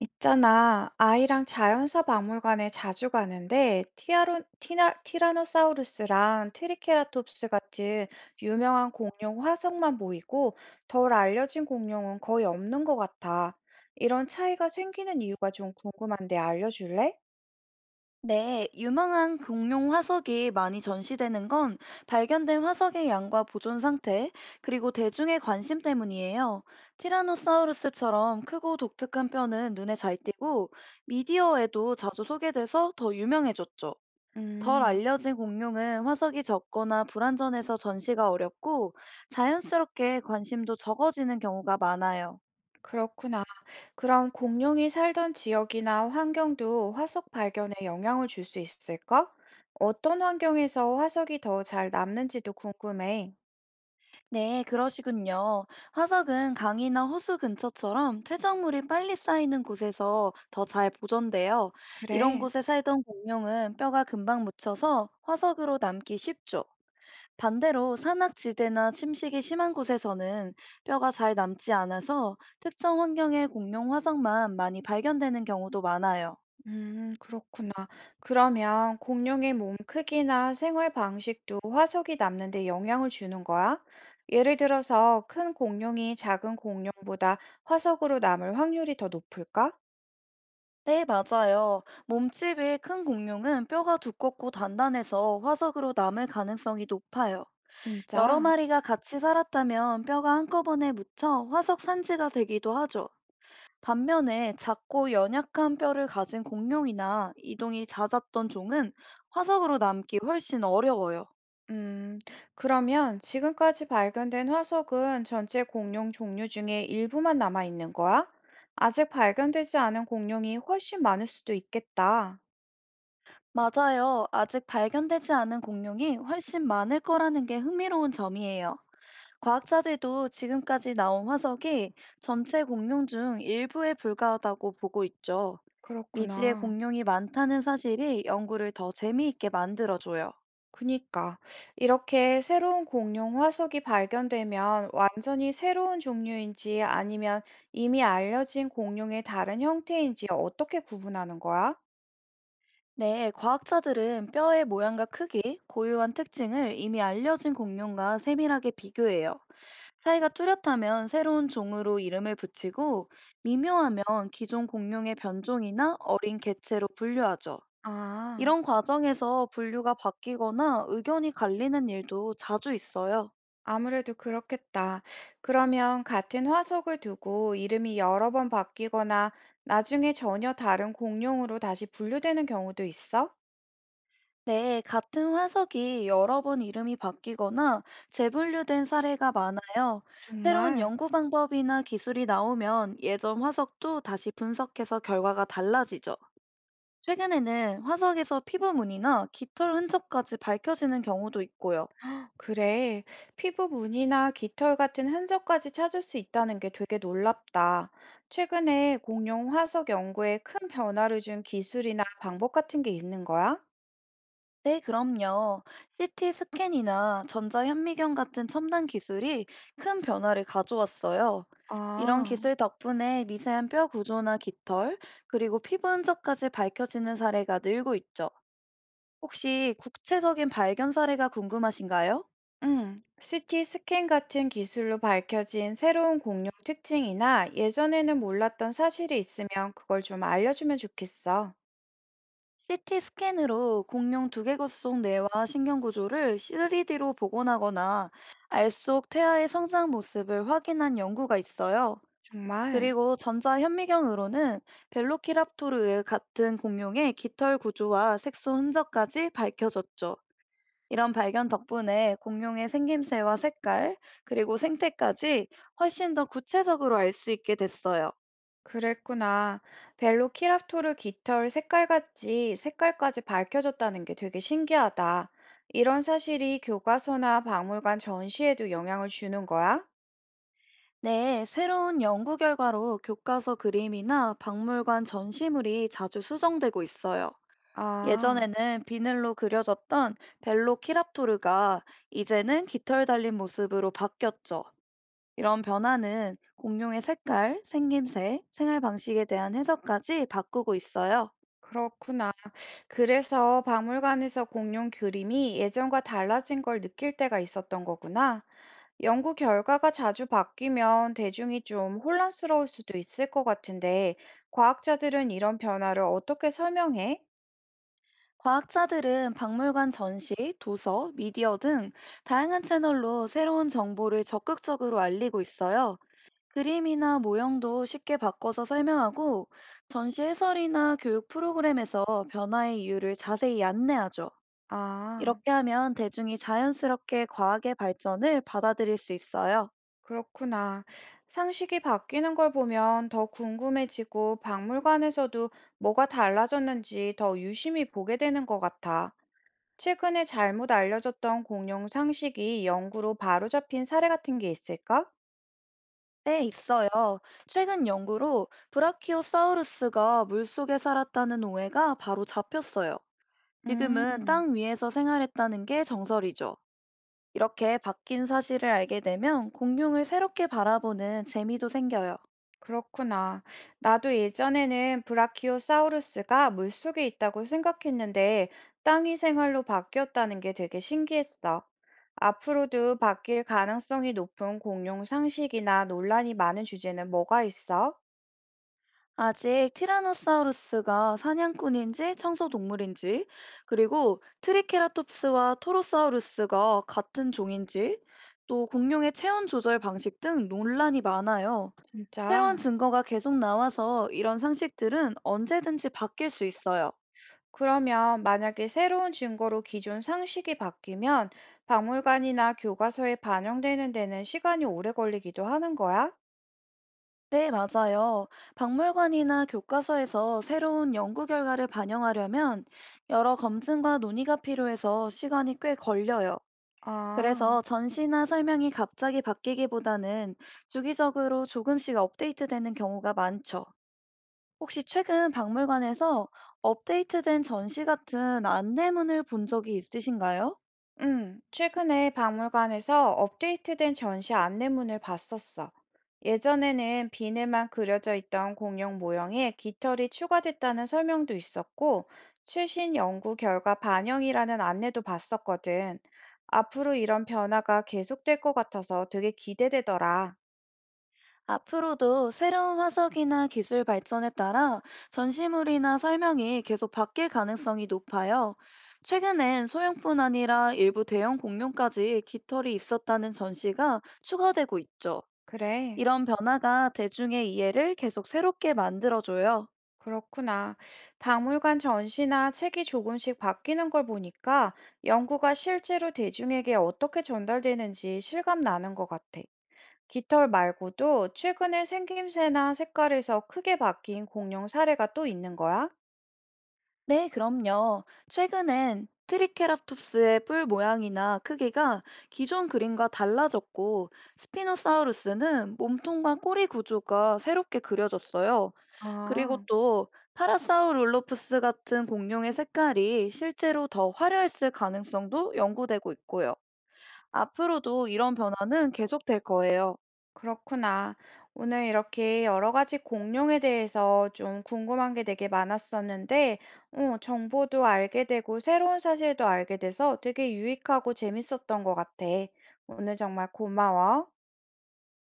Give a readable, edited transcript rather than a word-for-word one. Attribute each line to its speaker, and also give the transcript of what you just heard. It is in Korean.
Speaker 1: 있잖아, 아이랑 자연사 박물관에 자주 가는데, 티라노사우루스랑 트리케라톱스 같은 유명한 공룡 화석만 보이고, 덜 알려진 공룡은 거의 없는 것 같아. 이런 차이가 생기는 이유가 좀 궁금한데 알려줄래?
Speaker 2: 네, 유망한 공룡 화석이 많이 전시되는 건 발견된 화석의 양과 보존 상태, 그리고 대중의 관심 때문이에요. 티라노사우루스처럼 크고 독특한 뼈는 눈에 잘 띄고 미디어에도 자주 소개돼서 더 유명해졌죠. 덜
Speaker 1: 음,
Speaker 2: 알려진 공룡은 화석이 적거나 불완전해서 전시가 어렵고 자연스럽게 관심도 적어지는 경우가 많아요.
Speaker 1: 그렇구나. 그럼 공룡이 살던 지역이나 환경도 화석 발견에 영향을 줄 수 있을까? 어떤 환경에서 화석이 더 잘 남는지도 궁금해.
Speaker 2: 네, 그러시군요. 화석은 강이나 호수 근처처럼 퇴적물이 빨리 쌓이는 곳에서 더 잘 보존돼요. 이런
Speaker 1: 그래.
Speaker 2: 곳에 살던 공룡은 뼈가 금방 묻혀서 화석으로 남기 쉽죠. 반대로 산악지대나 침식이 심한 곳에서는 뼈가 잘 남지 않아서 특정 환경의 공룡 화석만 많이 발견되는 경우도 많아요.
Speaker 1: 그렇구나. 그러면 공룡의 몸 크기나 생활 방식도 화석이 남는 데 영향을 주는 거야? 예를 들어서 큰 공룡이 작은 공룡보다 화석으로 남을 확률이 더 높을까?
Speaker 2: 네, 맞아요. 몸집이 큰 공룡은 뼈가 두껍고 단단해서 화석으로 남을 가능성이 높아요. 여러
Speaker 1: 진짜?
Speaker 2: 마리가 같이 살았다면 뼈가 한꺼번에 묻혀 화석 산지가 되기도 하죠. 반면에 작고 연약한 뼈를 가진 공룡이나 이동이 잦았던 종은 화석으로 남기 훨씬 어려워요.
Speaker 1: 음, 그러면 지금까지 발견된 화석은 전체 공룡 종류 중에 일부만 남아 있는 거야? 아직 발견되지 않은 공룡이 훨씬 많을 수도 있겠다.
Speaker 2: 맞아요. 아직 발견되지 않은 공룡이 훨씬 많을 거라는 게 흥미로운 점이에요. 과학자들도 지금까지 나온 화석이 전체 공룡 중 일부에 불과하다고 보고 있죠. 미지의
Speaker 1: 그렇구나.
Speaker 2: 공룡이 많다는 사실이 연구를 더 재미있게 만들어줘요.
Speaker 1: 그니까 이렇게 새로운 공룡 화석이 발견되면 완전히 새로운 종류인지 아니면 이미 알려진 공룡의 다른 형태인지 어떻게 구분하는 거야?
Speaker 2: 네, 과학자들은 뼈의 모양과 크기, 고유한 특징을 이미 알려진 공룡과 세밀하게 비교해요. 차이가 뚜렷하면 새로운 종으로 이름을 붙이고 미묘하면 기존 공룡의 변종이나 어린 개체로 분류하죠.
Speaker 1: 아,
Speaker 2: 이런 과정에서 분류가 바뀌거나 의견이 갈리는 일도 자주 있어요.
Speaker 1: 아무래도 그렇겠다. 그러면 같은 화석을 두고 이름이 여러 번 바뀌거나 나중에 전혀 다른 공룡으로 다시 분류되는 경우도 있어?
Speaker 2: 네, 같은 화석이 여러 번 이름이 바뀌거나 재분류된 사례가 많아요. 새로운
Speaker 1: 정말?
Speaker 2: 연구 방법이나 기술이 나오면 예전 화석도 다시 분석해서 결과가 달라지죠. 최근에는 화석에서 피부문이나 깃털 흔적까지 밝혀지는 경우도 있고요.
Speaker 1: 그래, 피부 무늬나 깃털 같은 흔적까지 찾을 수 있다는 게 되게 놀랍다. 최근에 공룡 화석 연구에 큰 변화를 준 기술이나 방법 같은 게 있는 거야?
Speaker 2: 네, 그럼요. CT 스캔이나 전자현미경 같은 첨단 기술이 큰 변화를 가져왔어요. 이런
Speaker 1: 아,
Speaker 2: 기술 덕분에 미세한 뼈 구조나 깃털, 그리고 피부 흔적까지 밝혀지는 사례가 늘고 있죠. 혹시 구체적인 발견 사례가 궁금하신가요?
Speaker 1: 응. CT 스캔 같은 기술로 밝혀진 새로운 공룡 특징이나 예전에는 몰랐던 사실이 있으면 그걸 좀 알려주면 좋겠어.
Speaker 2: CT 스캔으로 공룡 두개골 속 뇌와 신경 구조를 3D로 복원하거나 알 속 태아의 성장 모습을 확인한 연구가 있어요.
Speaker 1: 정말.
Speaker 2: 그리고 전자현미경으로는 벨로키랍토르 같은 공룡의 깃털 구조와 색소 흔적까지 밝혀졌죠. 이런 발견 덕분에 공룡의 생김새와 색깔, 그리고 생태까지 훨씬 더 구체적으로 알 수 있게 됐어요.
Speaker 1: 그랬구나. 벨로키랍토르 깃털 색깔같이 색깔까지 밝혀졌다는 게 되게 신기하다. 이런 사실이 교과서나 박물관 전시에도 영향을 주는 거야?
Speaker 2: 네, 새로운 연구 결과로 교과서 그림이나 박물관 전시물이 자주 수정되고 있어요.
Speaker 1: 아,
Speaker 2: 예전에는 비늘로 그려졌던 벨로키랍토르가 이제는 깃털 달린 모습으로 바뀌었죠. 이런 변화는 공룡의 색깔, 생김새, 생활 방식에 대한 해석까지 바꾸고 있어요.
Speaker 1: 그렇구나. 그래서 박물관에서 공룡 그림이 예전과 달라진 걸 느낄 때가 있었던 거구나. 연구 결과가 자주 바뀌면 대중이 좀 혼란스러울 수도 있을 것 같은데, 과학자들은 이런 변화를 어떻게 설명해?
Speaker 2: 과학자들은 박물관 전시, 도서, 미디어 등 다양한 채널로 새로운 정보를 적극적으로 알리고 있어요. 그림이나 모형도 쉽게 바꿔서 설명하고 전시 해설이나 교육 프로그램에서 변화의 이유를 자세히 안내하죠.
Speaker 1: 아.
Speaker 2: 이렇게 하면 대중이 자연스럽게 과학의 발전을 받아들일 수 있어요.
Speaker 1: 그렇구나. 상식이 바뀌는 걸 보면 더 궁금해지고 박물관에서도 뭐가 달라졌는지 더 유심히 보게 되는 것 같아. 최근에 잘못 알려졌던 공룡 상식이 연구로 바로잡힌 사례 같은 게 있을까?
Speaker 2: 네, 있어요. 최근 연구로 브라키오사우루스가 물속에 살았다는 오해가 바로 잡혔어요. 지금은
Speaker 1: 음.
Speaker 2: 땅 위에서 생활했다는 게 정설이죠. 이렇게 바뀐 사실을 알게 되면 공룡을 새롭게 바라보는 재미도 생겨요.
Speaker 1: 그렇구나. 나도 예전에는 브라키오사우루스가 물속에 있다고 생각했는데 땅이 생활로 바뀌었다는 게 되게 신기했어. 앞으로도 바뀔 가능성이 높은 공룡 상식이나 논란이 많은 주제는 뭐가 있어?
Speaker 2: 아직 티라노사우루스가 사냥꾼인지 청소동물인지, 그리고 트리케라톱스와 토로사우루스가 같은 종인지, 또 공룡의 체온 조절 방식 등 논란이 많아요. 새로운
Speaker 1: 진짜.
Speaker 2: 증거가 계속 나와서 이런 상식들은 언제든지 바뀔 수 있어요.
Speaker 1: 그러면 만약에 새로운 증거로 기존 상식이 바뀌면 박물관이나 교과서에 반영되는 데는 시간이 오래 걸리기도 하는 거야?
Speaker 2: 네, 맞아요. 박물관이나 교과서에서 새로운 연구 결과를 반영하려면 여러 검증과 논의가 필요해서 시간이 꽤 걸려요.
Speaker 1: 아.
Speaker 2: 그래서 전시나 설명이 갑자기 바뀌기보다는 주기적으로 조금씩 업데이트되는 경우가 많죠. 혹시 최근 박물관에서 업데이트된 전시 같은 안내문을 본 적이 있으신가요?
Speaker 1: 최근에 박물관에서 업데이트된 전시 안내문을 봤었어. 예전에는 비늘만 그려져 있던 공룡 모형에 깃털이 추가됐다는 설명도 있었고, 최신 연구 결과 반영이라는 안내도 봤었거든. 앞으로 이런 변화가 계속될 것 같아서 되게 기대되더라.
Speaker 2: 앞으로도 새로운 화석이나 기술 발전에 따라 전시물이나 설명이 계속 바뀔 가능성이 높아요. 최근엔 소형뿐 아니라 일부 대형 공룡까지 깃털이 있었다는 전시가 추가되고 있죠.
Speaker 1: 그래,
Speaker 2: 이런 변화가 대중의 이해를 계속 새롭게 만들어줘요.
Speaker 1: 그렇구나. 박물관 전시나 책이 조금씩 바뀌는 걸 보니까 연구가 실제로 대중에게 어떻게 전달되는지 실감 나는 것 같아. 깃털 말고도 최근에 생김새나 색깔에서 크게 바뀐 공룡 사례가 또 있는 거야?
Speaker 2: 네, 그럼요. 최근엔 트리케라톱스의 뿔 모양이나 크기가 기존 그림과 달라졌고, 스피노사우루스는 몸통과 꼬리 구조가 새롭게 그려졌어요. 그리고
Speaker 1: 아,
Speaker 2: 또 파라사우룰로프스 같은 공룡의 색깔이 실제로 더 화려했을 가능성도 연구되고 있고요. 앞으로도 이런 변화는 계속될 거예요.
Speaker 1: 그렇구나. 오늘 이렇게 여러 가지 공룡에 대해서 좀 궁금한 게 되게 많았었는데, 정보도 알게 되고 새로운 사실도 알게 돼서 되게 유익하고 재밌었던 것 같아. 오늘 정말 고마워.